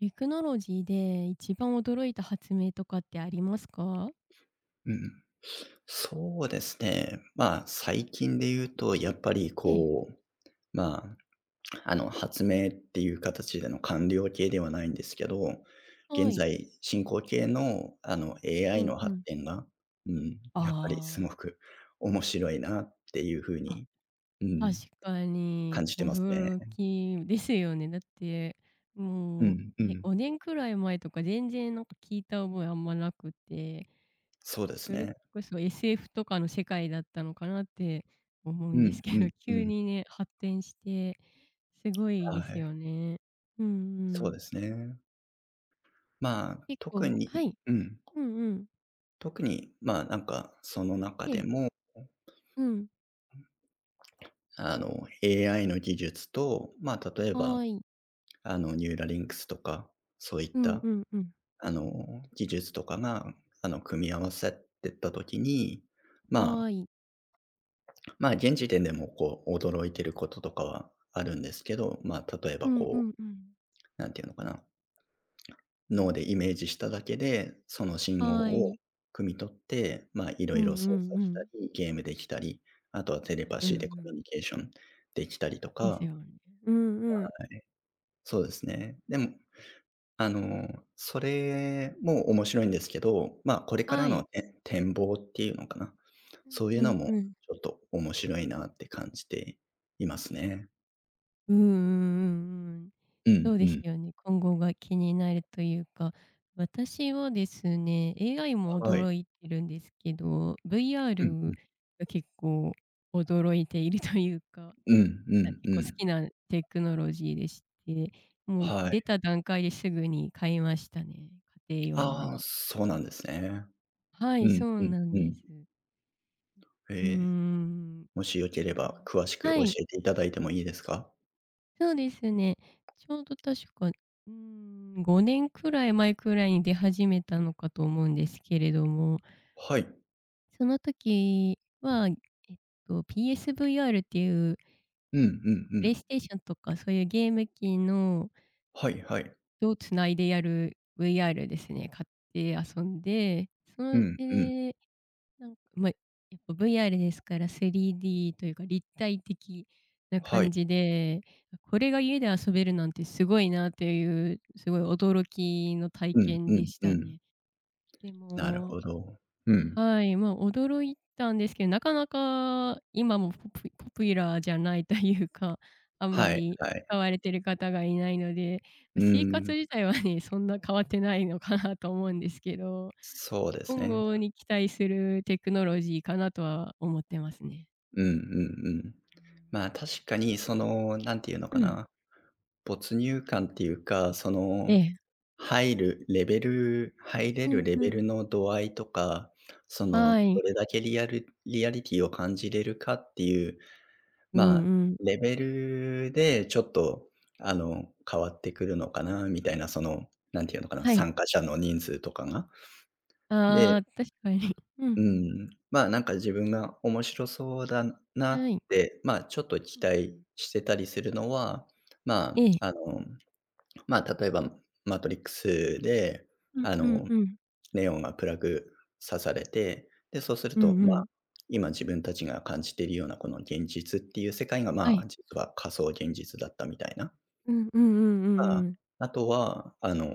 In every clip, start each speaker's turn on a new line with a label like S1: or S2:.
S1: テクノロジーで一番驚いた発明とかってありますか？
S2: うん。そうですね。最近で言うと、やっぱり
S1: ええ。
S2: こう、まあ、あの、発明っていう形での完了形ではないんですけど、
S1: は
S2: 現
S1: い。
S2: 在進行形の
S1: うん
S2: AI
S1: うん
S2: の
S1: う
S2: 発
S1: ん。
S2: 展が、うん、やっぱりすご
S1: ああ、
S2: く面白いなっていう風
S1: あ、
S2: に、う
S1: 確
S2: ん、
S1: か
S2: 感
S1: に
S2: じてますね。
S1: 驚きですよね。だって、
S2: う
S1: もう、
S2: んうん。
S1: 5年くらい前とか全然聞いた覚えあんまなくて、
S2: そうで
S1: そ
S2: す
S1: れ
S2: ね。
S1: こそ SF とかの世界だったのかなって思うん
S2: う
S1: で
S2: ん
S1: すけ
S2: う
S1: ど、
S2: んう
S1: 急
S2: ん。
S1: にね、発展してすごい
S2: は
S1: ですよ
S2: い。
S1: ね。うんう
S2: そう
S1: ん。
S2: ですね。まあ、
S1: 結
S2: 特
S1: 構は
S2: に
S1: い。
S2: うん。
S1: うんうん。
S2: 特に、その中
S1: え
S2: で
S1: え。
S2: も、
S1: うん。
S2: AI の技術と、例え
S1: は
S2: ば、
S1: い。
S2: ニューラリンクスとか、そういっ
S1: うんう
S2: た、
S1: んうん。
S2: あの、技術とかが、組み合わさってった時に、まあ、
S1: はい。
S2: 現時点でも、驚いてることとかはあるんですけど、例え
S1: う
S2: ば、
S1: んう
S2: こ
S1: んうん。
S2: う、なんていうのかな脳でイメージしただけで、その信号
S1: は
S2: を
S1: い。
S2: 汲み取って、いろ
S1: うん
S2: い
S1: う
S2: ろ操
S1: んう
S2: 作した
S1: ん。
S2: り、ゲームできたり、あとはテレパ
S1: うんう
S2: シーでコミュ
S1: ん。
S2: ニケーションできたりと
S1: です
S2: か、
S1: よね。うんうん。
S2: そうですね。でも、それも面白いんですけど、これか
S1: は
S2: ら
S1: い。
S2: のね、展望っていうのかな。
S1: うん
S2: そうい
S1: う
S2: うの
S1: ん
S2: も
S1: うん。
S2: ちょっと面白いなって感じていますね。
S1: うんうんうんうん。
S2: う
S1: そ
S2: ん
S1: う
S2: う
S1: です
S2: ん。
S1: よね。今後が気になるというか、私はですね、AI も
S2: は
S1: 驚
S2: い。
S1: いてるんですけど、
S2: うんう
S1: VR
S2: ん。
S1: が結構驚いているというか。
S2: うんうん
S1: 結
S2: う
S1: 構好
S2: ん。
S1: きなテクノロジーでして、もう
S2: は
S1: 出
S2: い。
S1: た段階ですぐに買いましたね、家庭用の
S2: ああ、
S1: が。
S2: そうなんですね。
S1: は
S2: う
S1: い、
S2: ん
S1: そう
S2: うん
S1: なん
S2: う
S1: で
S2: ん。
S1: す。うー
S2: ええ、
S1: ん。
S2: もしよ
S1: で
S2: けれ
S1: も
S2: ば詳しく
S1: は
S2: 教
S1: い、
S2: えていただいてもいいですか？
S1: そうですね。ちょうど確か、うーん、5年くらい前くらいに出始めたのかと思うんですけれども、
S2: はい。
S1: その時は、っPSVR っていう、
S2: うんう
S1: プ
S2: んう
S1: レイ
S2: ん。
S1: ステーションとかそういうゲーム機の
S2: はいはい。
S1: とつないでやる VR ですね、買って遊んで、そ
S2: う
S1: の
S2: んうん。
S1: でやっぱ VR ですから 3D というか立体的な
S2: は
S1: 感
S2: い。
S1: じで、これが家で遊べるなんてすごいなという、すごい驚きの体
S2: うん
S1: 験
S2: う
S1: で
S2: ん
S1: した
S2: うん。
S1: ね。で
S2: なる
S1: も
S2: ほど。うん。
S1: はい、まあ、驚いたんですけど、なかなか今もポピュラーじゃない というか、あんま
S2: はい
S1: り
S2: はい。
S1: 使われてる方がいないので、
S2: う
S1: 生活
S2: ん。
S1: 自体はね、そんな変わってないのかなと思うんですけど、
S2: そうです
S1: 今
S2: ね。
S1: 後に期待するテクノロジーかなとは思ってますね。
S2: うんうんうん。
S1: うん。
S2: 確かにその、なんていうのか
S1: ん、
S2: な、没入感っていうか、
S1: ええ。
S2: 入るレベル入れ
S1: う
S2: る
S1: ん
S2: レ
S1: う
S2: ベル
S1: ん。
S2: の度合いとか、
S1: はい。
S2: どれだけリアルリアリティを感じれるかっていう、
S1: うん
S2: まあ、
S1: うん。
S2: レベルでちょっと、変わってくるのかなみたいな、その、なんていうのかな、
S1: はい。
S2: 参加者の人数とかが。で
S1: ああ、確かに。う
S2: う
S1: ん。
S2: ん、自分が面白そうだな
S1: は
S2: っ
S1: い。
S2: て、ちょっと期
S1: うんう
S2: 待
S1: ん。
S2: してたりするのは、ま
S1: ええ。
S2: あ、あの、例えばマトリックスで、
S1: うん
S2: あ
S1: うん
S2: の、
S1: うん。
S2: ネオンがプラグ刺されて、で、そうする
S1: う
S2: と、
S1: んうん。
S2: 今自分たちが感じているようなこの現実っていう世界が、
S1: はい。
S2: 実は仮想現実だったみたいな。
S1: うんうんうんうんう
S2: か、
S1: ん。
S2: あとは、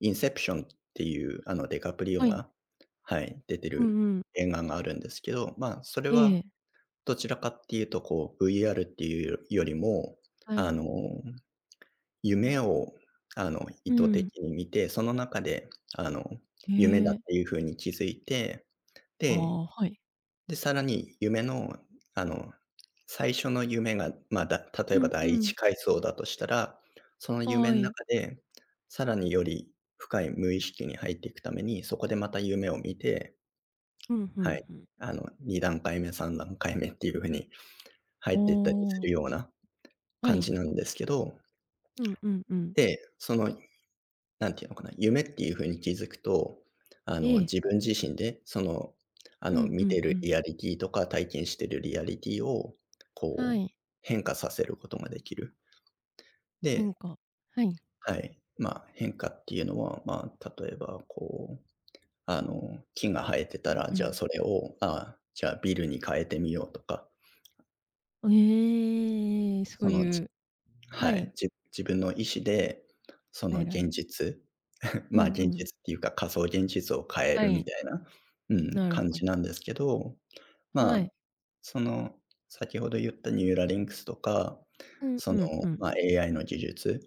S2: インセプションっていう、ディカプリオ
S1: はい。
S2: が、はい、出て
S1: う
S2: る
S1: んうん。
S2: 映画があるんですけど、それ
S1: え
S2: は
S1: え、
S2: どちらかっていうと、VR っていうよりも、
S1: は
S2: あ
S1: い。
S2: の、夢を、意
S1: う
S2: 図
S1: ん。
S2: 的に見て、その中で、あの、
S1: え
S2: 夢だっ
S1: え、
S2: ていう風に気づいて、
S1: あ
S2: で、
S1: あ、はい。
S2: で、さらに夢の、あの、最初の夢が、例
S1: う
S2: えば
S1: んう
S2: 第
S1: ん。
S2: 一階層だとしたら、その夢
S1: は
S2: ん
S1: い。
S2: 中で、さらにより深い無意識に入っていくために、そこでまた夢を見て、
S1: うん、ふ
S2: は
S1: ん
S2: い、
S1: ふん。
S2: 2段階目、3段階目っていう風に入
S1: お
S2: っていったりするよ
S1: お
S2: うな
S1: は
S2: 感
S1: い。
S2: じなんですけど、
S1: うんうんうん。
S2: で、なんていうのかな、夢っていう風に気づくと、
S1: え
S2: 自
S1: え。
S2: 分自身で、
S1: うんう
S2: 見て
S1: んう
S2: る
S1: ん。
S2: リアリティとか、体験してるリアリティを、
S1: は
S2: こう、
S1: い、
S2: 変化させることができる。で
S1: 変化、はい。
S2: はい。変化っていうのは、例えば、木が生えてたら、
S1: う
S2: じゃあ、
S1: ん
S2: それを、ああ、じゃあ、ビルに変えてみようとか、
S1: あ、ええ、そ
S2: そ
S1: う
S2: の
S1: いう、
S2: は
S1: は
S2: い、
S1: い、
S2: 自分の意思で、そ
S1: 変
S2: の
S1: えら
S2: 現
S1: れる。
S2: 実、
S1: う
S2: まあ、
S1: んう
S2: 現
S1: ん。
S2: 実っていうか仮想現実を変え
S1: は
S2: るみ
S1: い、
S2: たいな、うん、
S1: なる
S2: 感
S1: ほ
S2: じな
S1: ど。
S2: んですけど、ま
S1: はい。
S2: あ、その、先ほど言ったニューラリンクスとか、
S1: うん
S2: そ
S1: う
S2: の、
S1: んうん。
S2: AI の技術、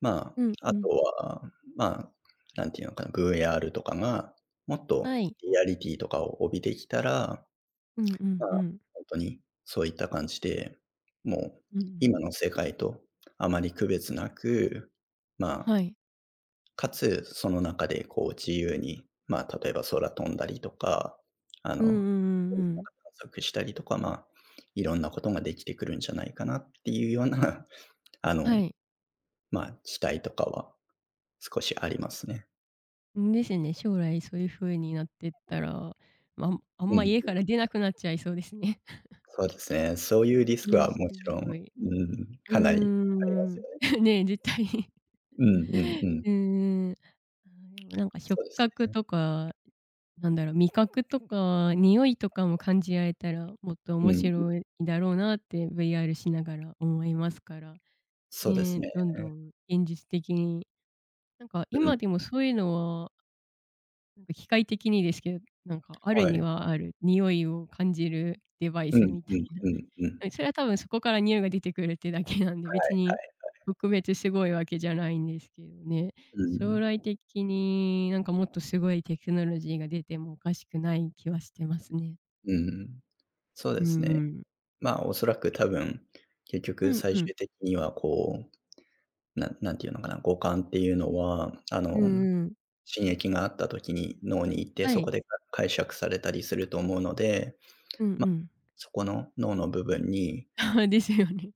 S2: ま
S1: うん
S2: あ、あ
S1: うん。
S2: とは、まあ、なんていうのかな、VR とかがもっと
S1: はい。
S2: リアリティとかを帯びてきたら
S1: うんうん
S2: ま
S1: う
S2: あ、
S1: ん。
S2: ほんとにそういった感じで、もう
S1: うんうん。
S2: 今の世界とあまり区別なく、まあ、
S1: はい。
S2: かつその中でこう自由に、例えば空飛んだりとか、
S1: う
S2: 海
S1: んう
S2: の
S1: んうん
S2: 中探
S1: うん。
S2: 索したりとか、いろんなことができてくるんじゃないかなっていうような、あの、
S1: はい。
S2: 期待とかは少しありますね。
S1: ですね。将来そういう風になってったら、ま、あん
S2: う
S1: ま
S2: ん、
S1: 家から出なくなっちゃいそうですね。
S2: そうですね。そういうリス
S1: う
S2: ク
S1: ん、
S2: は
S1: す
S2: もちろん、
S1: ごい。
S2: うん、
S1: うー
S2: かなりあります
S1: ん。
S2: よね。
S1: ね、絶対。
S2: うんうんう ん。
S1: うんん。あ、でも触
S2: そうですね。
S1: 覚とか、なんだろう、味覚とか匂いとかも感じられたら、もっと
S2: う
S1: 面
S2: ん、
S1: 白いだろうなって VR しながら思いますから、
S2: そうです
S1: ね、
S2: ね。
S1: どんどん現実的に
S2: う
S1: 今
S2: ん、
S1: でもそういうのは機械的にですけど、ある
S2: は
S1: に
S2: い。
S1: はある匂いを感じるデバイ
S2: う
S1: ス
S2: ん
S1: みたいな。
S2: うん うんうん。
S1: うん、それは多分そこから匂いが出てくるってだけなんで、別に特別すごいわけじゃないんですけどね。
S2: う
S1: 将
S2: ん、
S1: 来的にもっとすごいテクノロジーが出てもおかしくない気はしてますね。
S2: うん。そう
S1: う
S2: です
S1: んう
S2: ね。
S1: ん。
S2: まあ、おそらく多分、結
S1: う
S2: 局
S1: ん
S2: 最
S1: うん。
S2: 終的にはこう、なんなんていうのかな、五感っていうのは、
S1: うん
S2: 刺激があった時に脳に行って、
S1: は
S2: そこ
S1: い。
S2: で解釈されたりすると思うので、
S1: うんう
S2: まあ、
S1: ん。
S2: そこの脳の部分に
S1: あですよね。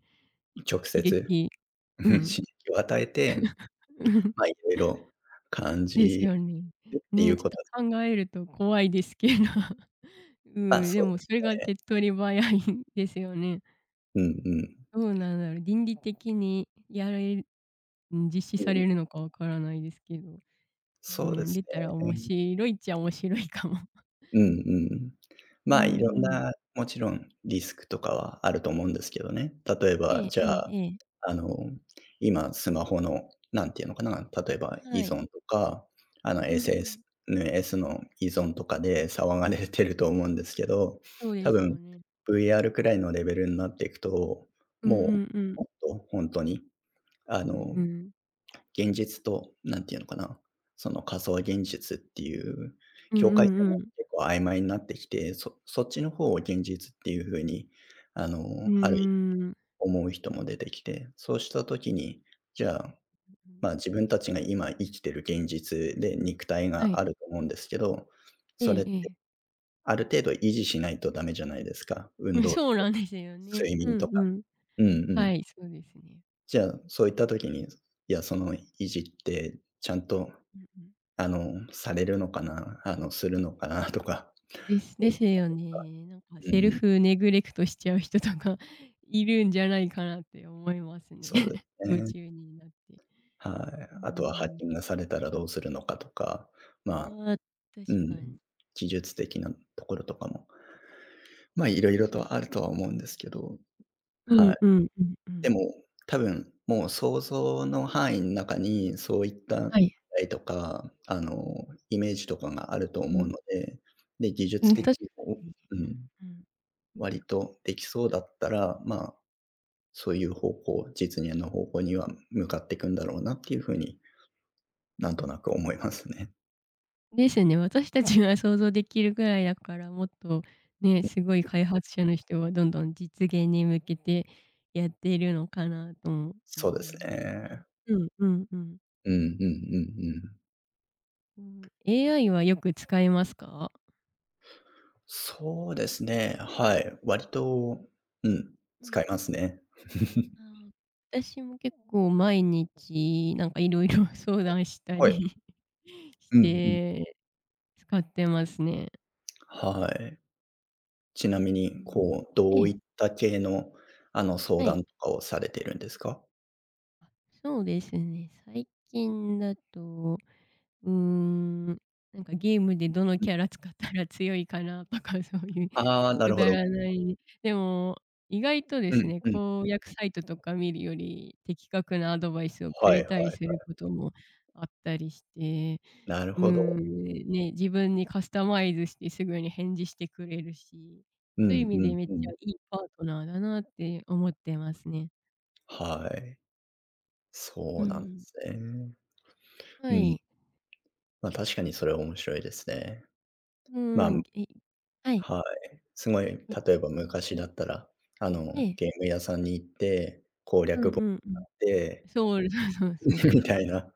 S2: 直
S1: 刺
S2: 接
S1: 激 うん。
S2: 刺激を与えて、
S1: うん。
S2: いろいろ感
S1: です
S2: じ
S1: よね。
S2: るってい
S1: ね、
S2: う
S1: ち
S2: こと
S1: ょっと考えると怖いですけど。うん、で
S2: そうで
S1: もそれ
S2: す。
S1: が手っ取り早いんですよね。
S2: うんうん。
S1: どうなんだろう、倫理的にやられる実施
S2: う
S1: さ
S2: ん。
S1: れるのかわからないですけど、う
S2: そうで
S1: ん、
S2: す
S1: 出たら面
S2: ね。
S1: 白いっちゃ面白いかも。
S2: うんうんうん。
S1: う
S2: い
S1: ん
S2: ろん
S1: うん。
S2: な、もちろんリスクとかはあると思うんですけどね。例えば、
S1: ええ
S2: じ
S1: え
S2: ゃ
S1: え
S2: あ、
S1: ええ。
S2: あの、今スマホの、なんていうのかな、例えば依
S1: はい。
S2: 存とか、
S1: うんうん。
S2: SNS の依存とかで騒がれてると思うんですけど、
S1: そうで
S2: 多
S1: す
S2: 分
S1: よね。
S2: VR くらいのレベルになっていくと、
S1: うんう
S2: も
S1: んうん。
S2: もっと本当に、あ
S1: うん
S2: の
S1: うん。
S2: 現実と、なんていうのかな、その仮想現実っていう
S1: うん
S2: 境
S1: う
S2: 界線
S1: ん
S2: が
S1: うん。
S2: 結構曖昧になってきて、そっちの方を現実っていう風に、
S1: うー
S2: ある意
S1: ん。
S2: 思う人も出てきて、そうした時に、じゃあ、自分たちが今生きてる現実で肉体
S1: は
S2: が
S1: い。
S2: あると思うんですけど、
S1: え
S2: そ
S1: え
S2: れっ
S1: え
S2: て
S1: え。
S2: ある程度維持しないとダメじゃないですか。
S1: う
S2: 運
S1: ん、
S2: 動し
S1: そう
S2: て、
S1: なんですよね。
S2: 睡
S1: う
S2: 眠
S1: ん
S2: と
S1: う
S2: か。
S1: ん。
S2: うんう
S1: は
S2: ん。
S1: い、そうですね。
S2: じゃあ、そういった時に、いや、その維持ってちゃんと
S1: うんうん。
S2: されるのかな、するのかな とか、
S1: です。
S2: そ
S1: で
S2: うい
S1: すよね。
S2: うんう
S1: セル
S2: ん、
S1: フネグレクトしちゃう人とか いるんじゃないかなって思いますね。
S2: そうで す
S1: 夢
S2: ね。
S1: 中になって。
S2: はい。
S1: う
S2: あとはハッ
S1: ん。
S2: キングされたらどうするのかとか、まあ、
S1: ああ、
S2: う
S1: 確か
S2: ん、
S1: に。
S2: 技術的なところとかも、いろいろとあるとは思うんですけど、
S1: う
S2: は
S1: ん
S2: い。
S1: うんうんう
S2: で
S1: ん。
S2: も、多分、もう想像の範囲の中に、そういった
S1: はい。
S2: 絵とか、イメージとかがあると
S1: う
S2: 思う
S1: ん。
S2: ので、で、技
S1: う
S2: 術
S1: ん、確
S2: 的
S1: か
S2: にも、
S1: に。
S2: うん、
S1: うん。
S2: 割とできそうだったら、そういう方向、実現の方向には向かっていくんだろうなっていう風に、なんとなく思いますね。
S1: ですね。私たちが想像できるぐらいだから、もっとね、すごい開発者の人はどんどん実現に向けてやっているのかなとも
S2: そう
S1: 思
S2: で
S1: い
S2: す
S1: ますね。
S2: ね。
S1: うんうんうん。
S2: うんうんうんうん。
S1: うん、AI はよく使いますか？
S2: そうですね、はい。割と、うん、
S1: うん、
S2: 使いますね。
S1: あ あ、私も結構毎日いろいろ 相談した
S2: は
S1: り
S2: い。
S1: し
S2: うんうん。
S1: て使ってますね。
S2: はい。ちなみ
S1: う
S2: に、
S1: ん。
S2: ど
S1: え
S2: う
S1: え、
S2: いった系の、相
S1: はい。
S2: 談とかをされてるんですか？
S1: そうですね、最近だとうーん、ゲームでどの
S2: うん。
S1: キャラ使ったら強いかなとか そういう
S2: ああ、な
S1: く
S2: るほ
S1: だ
S2: ど。
S1: らない、でも意外とで
S2: う
S1: す
S2: ん
S1: ね、
S2: うん。
S1: 公約サイトとか見るより的確なアドバイスをく
S2: は
S1: れ
S2: い
S1: たり
S2: はい。
S1: することもあったりして、
S2: なる
S1: うー
S2: ほ
S1: ん、
S2: ど。
S1: ね、自分にカスタマイズしてすぐに返事してくれるし、
S2: う
S1: そういう意
S2: ん
S1: 味
S2: う
S1: で
S2: ん
S1: めっち
S2: う
S1: ゃ
S2: ん。
S1: いいパートナーだなって思ってますね。
S2: はい。
S1: う
S2: そうなんで
S1: ん
S2: すね。
S1: は
S2: うん、
S1: い。
S2: 確かにそれは面白いですね。
S1: う
S2: まあ、
S1: ん、えはい。
S2: はい。すごい、
S1: え、
S2: 例えば昔だったら、
S1: ええ。
S2: ゲーム屋さんに行って、
S1: うんうんうん。
S2: で、
S1: そう、そうそうそ
S2: み
S1: う。
S2: たいな。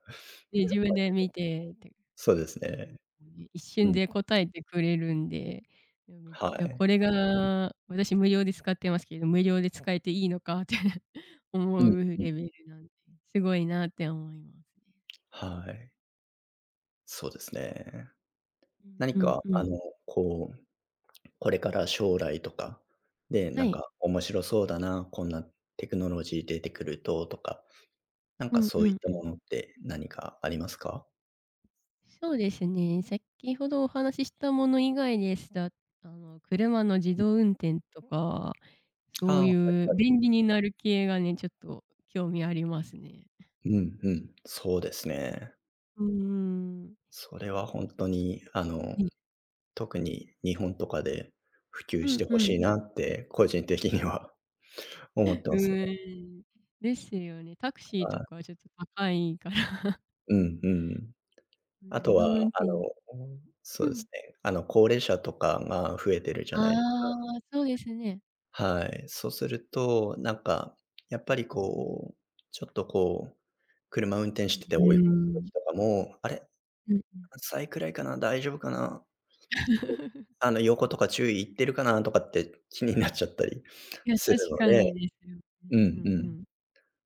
S1: で、自分で見てって
S2: そうです
S1: なるの
S2: ね。
S1: で、一
S2: う
S1: 瞬
S2: ん、
S1: で答えてくれるんで、いや、めっ
S2: は
S1: ちゃ
S2: い。
S1: これが私無料で使ってますけど、無料で使えていいのかって 思
S2: うん
S1: う
S2: うん。
S1: レベルなんで、すごいなって思いますね。
S2: はい。そうですね。
S1: うん。
S2: 何
S1: うん
S2: か
S1: うん。
S2: こう、これから将来とか、で、
S1: は
S2: なん
S1: い。
S2: か面白そうだな、こんなテクノロジー出てくるととか、なん
S1: う
S2: か
S1: んう
S2: そういっ
S1: ん
S2: た
S1: う
S2: も
S1: ん。
S2: のって何かありますか？
S1: そうですね。先ほどお話ししたもの以外ですと、あの、車の自
S2: うん、
S1: 動運転とか、そ
S2: あ
S1: う
S2: あー、はい
S1: いう
S2: はい。
S1: 便利になる系がね、ちょっと興味ありますね。
S2: うんうん、そうですね。
S1: うーん。
S2: そ
S1: う
S2: れは
S1: ん。
S2: 本当に、
S1: ね。
S2: 特に日本とかで普及
S1: う
S2: し
S1: ん
S2: てほ
S1: う
S2: し
S1: ん。
S2: いなって個人的には 思って
S1: う
S2: ますね。
S1: ーん。ですよね。タクシー
S2: は
S1: とか
S2: い。
S1: ちょっと高いから。
S2: うんうん。
S1: う
S2: あ
S1: ん、自
S2: と
S1: 動
S2: は、
S1: 運転
S2: そ
S1: う
S2: うで
S1: ん。
S2: すね、高齢者とかが増えてるじゃ
S1: あ
S2: な
S1: あ、
S2: いですか。
S1: そうですね。
S2: はい。そうすると、なんか、やっぱりこう、ちょっとこう、車運転してて
S1: うー
S2: 追い越す
S1: ん。
S2: 時とかも、あれ、
S1: うん。
S2: サイくらいかな、大丈夫かな、横とか注意いってるかなとかって気になっちゃったり
S1: いや、
S2: する
S1: 確
S2: の
S1: か
S2: で、
S1: にですよね。
S2: う
S1: うん
S2: ん
S1: う
S2: うん。
S1: ん。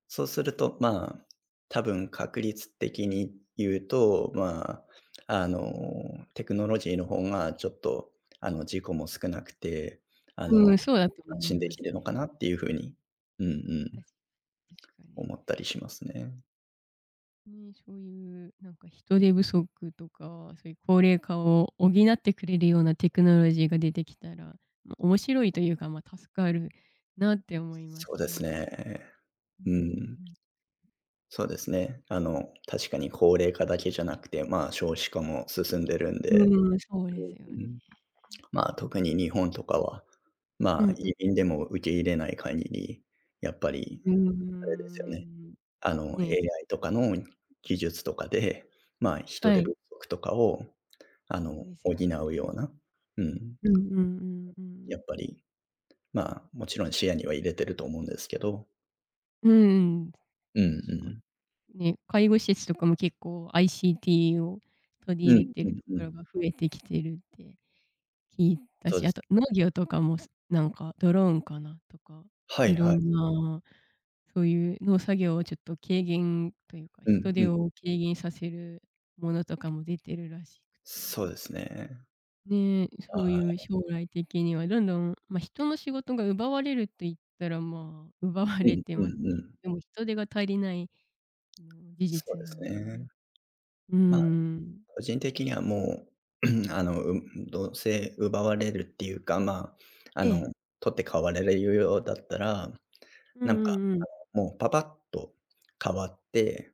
S2: そうすると、多分確率的に言うと、あ、あの、テクノロジーの方がちょっと、事故も少なくて、あ
S1: う
S2: の、
S1: ん、そうだと
S2: 安
S1: 思い
S2: 心で
S1: ま
S2: き
S1: す
S2: るの
S1: ね。
S2: かなっていう風に、うんうん、
S1: 確かに。
S2: 思ったりしますね。
S1: ね、そういう人手不足とか、そういう高齢化を補ってくれるようなテクノロジーが出てきたら、ま、面白いというか、ま、助かるなって思います
S2: そうです
S1: ね。
S2: ね。
S1: う
S2: うん、
S1: ん
S2: そうですね。確かに高齢化だけじゃなくて、少子化も進んでるん
S1: うんう
S2: で、
S1: ん。うーん、そうですよ
S2: う
S1: ね。
S2: ん。特に日本とかは、
S1: うんうん。
S2: 移民でも受け入れない限り、やっぱり
S1: うー
S2: あれですよね、
S1: ん。ね、
S2: AI とかの技術とかで、人
S1: は
S2: 手
S1: い。
S2: 不足とかを、
S1: です
S2: 補
S1: よ
S2: う
S1: ね。
S2: ような、うん、
S1: うんうんうんう
S2: や
S1: ん。
S2: っぱり、もちろん視野には入れてると思うんですけど、
S1: うんうん。
S2: うんう
S1: 確かに。
S2: ん。
S1: ね、介護施設とかも結構 ICT を取り
S2: う
S1: 入れ
S2: ん
S1: て
S2: う
S1: ると
S2: んう
S1: ころ
S2: ん。
S1: が増えてきてるって聞いた
S2: そう
S1: し、
S2: で
S1: あと
S2: す。
S1: 農業とかも、ドローンかなとか、
S2: は
S1: い
S2: い
S1: ろ
S2: はい。
S1: んな、そういう農作業をちょっと軽減というか、
S2: うん
S1: 人手
S2: うん。
S1: を軽減させるものとかも出てるらしくて。
S2: そうですね。
S1: ね、そういう
S2: は
S1: 将来的にはどんどん、ま、人の仕事が奪われると言ったら、まあ、奪われ
S2: い。うん
S1: て
S2: う
S1: ます
S2: んう
S1: け
S2: ん。
S1: でも人手が足りないの事
S2: そう
S1: 実
S2: で
S1: な
S2: す
S1: ので
S2: ね。
S1: うー
S2: まあ
S1: ん。
S2: 個人的にはもう、あの、うどうせ奪われるっていうか、あ、あ
S1: え
S2: の、
S1: え。
S2: 取って代わられるようだったら、
S1: うんう
S2: なんか、
S1: んうん。
S2: もうパパッと変わって、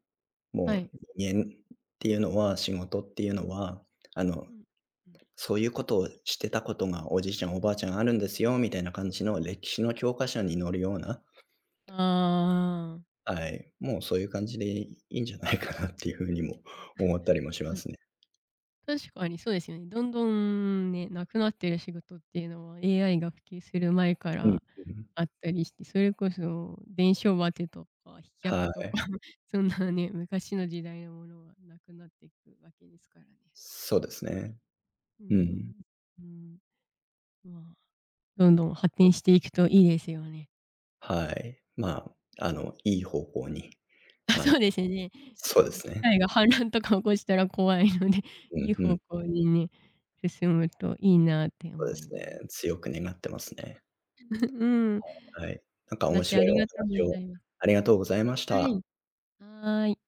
S2: も
S1: は
S2: う
S1: い。
S2: 人間っていうのは、仕事っていうのは、あの、
S1: うん。うん。
S2: そういうことをしてたことがおじいちゃん、おばあちゃんあるんですよみたいな感じの歴史の教科書に載るような、
S1: ああ。
S2: はい、もうそういう感じでいいんじゃないかなっていうふうにも思ったりもしま
S1: ま
S2: すね。
S1: 確かにそうですよね。どんどんね、なくなってる仕事っていうのは AI が普及する前か
S2: うん
S1: ら
S2: うん。
S1: あったりして、それこそ伝承バテとか飛脚
S2: は
S1: とか
S2: い。
S1: そんなね、昔の時代のものはなくなっていくわけですからね。
S2: そうですね。
S1: う
S2: う
S1: んう
S2: ん、
S1: ん。うん、まあ、どんどん発展していくといいですよね。
S2: はい。いい方向に、
S1: あ、
S2: あの
S1: そうですね。
S2: そうです
S1: 機
S2: ね。
S1: 械が反乱とか起こしたら怖いので、
S2: う
S1: いい
S2: んうん、
S1: 方向にね、進むといいなって
S2: そうで
S1: 思い
S2: す
S1: ます。
S2: ね。強く願ってますね。
S1: うん。
S2: はい。なんか
S1: お
S2: 面
S1: 話あ
S2: 白い
S1: り
S2: お
S1: がとうご
S2: 話
S1: ざ
S2: を
S1: います。
S2: ありがとうございまし
S1: は
S2: た。
S1: い。はーい。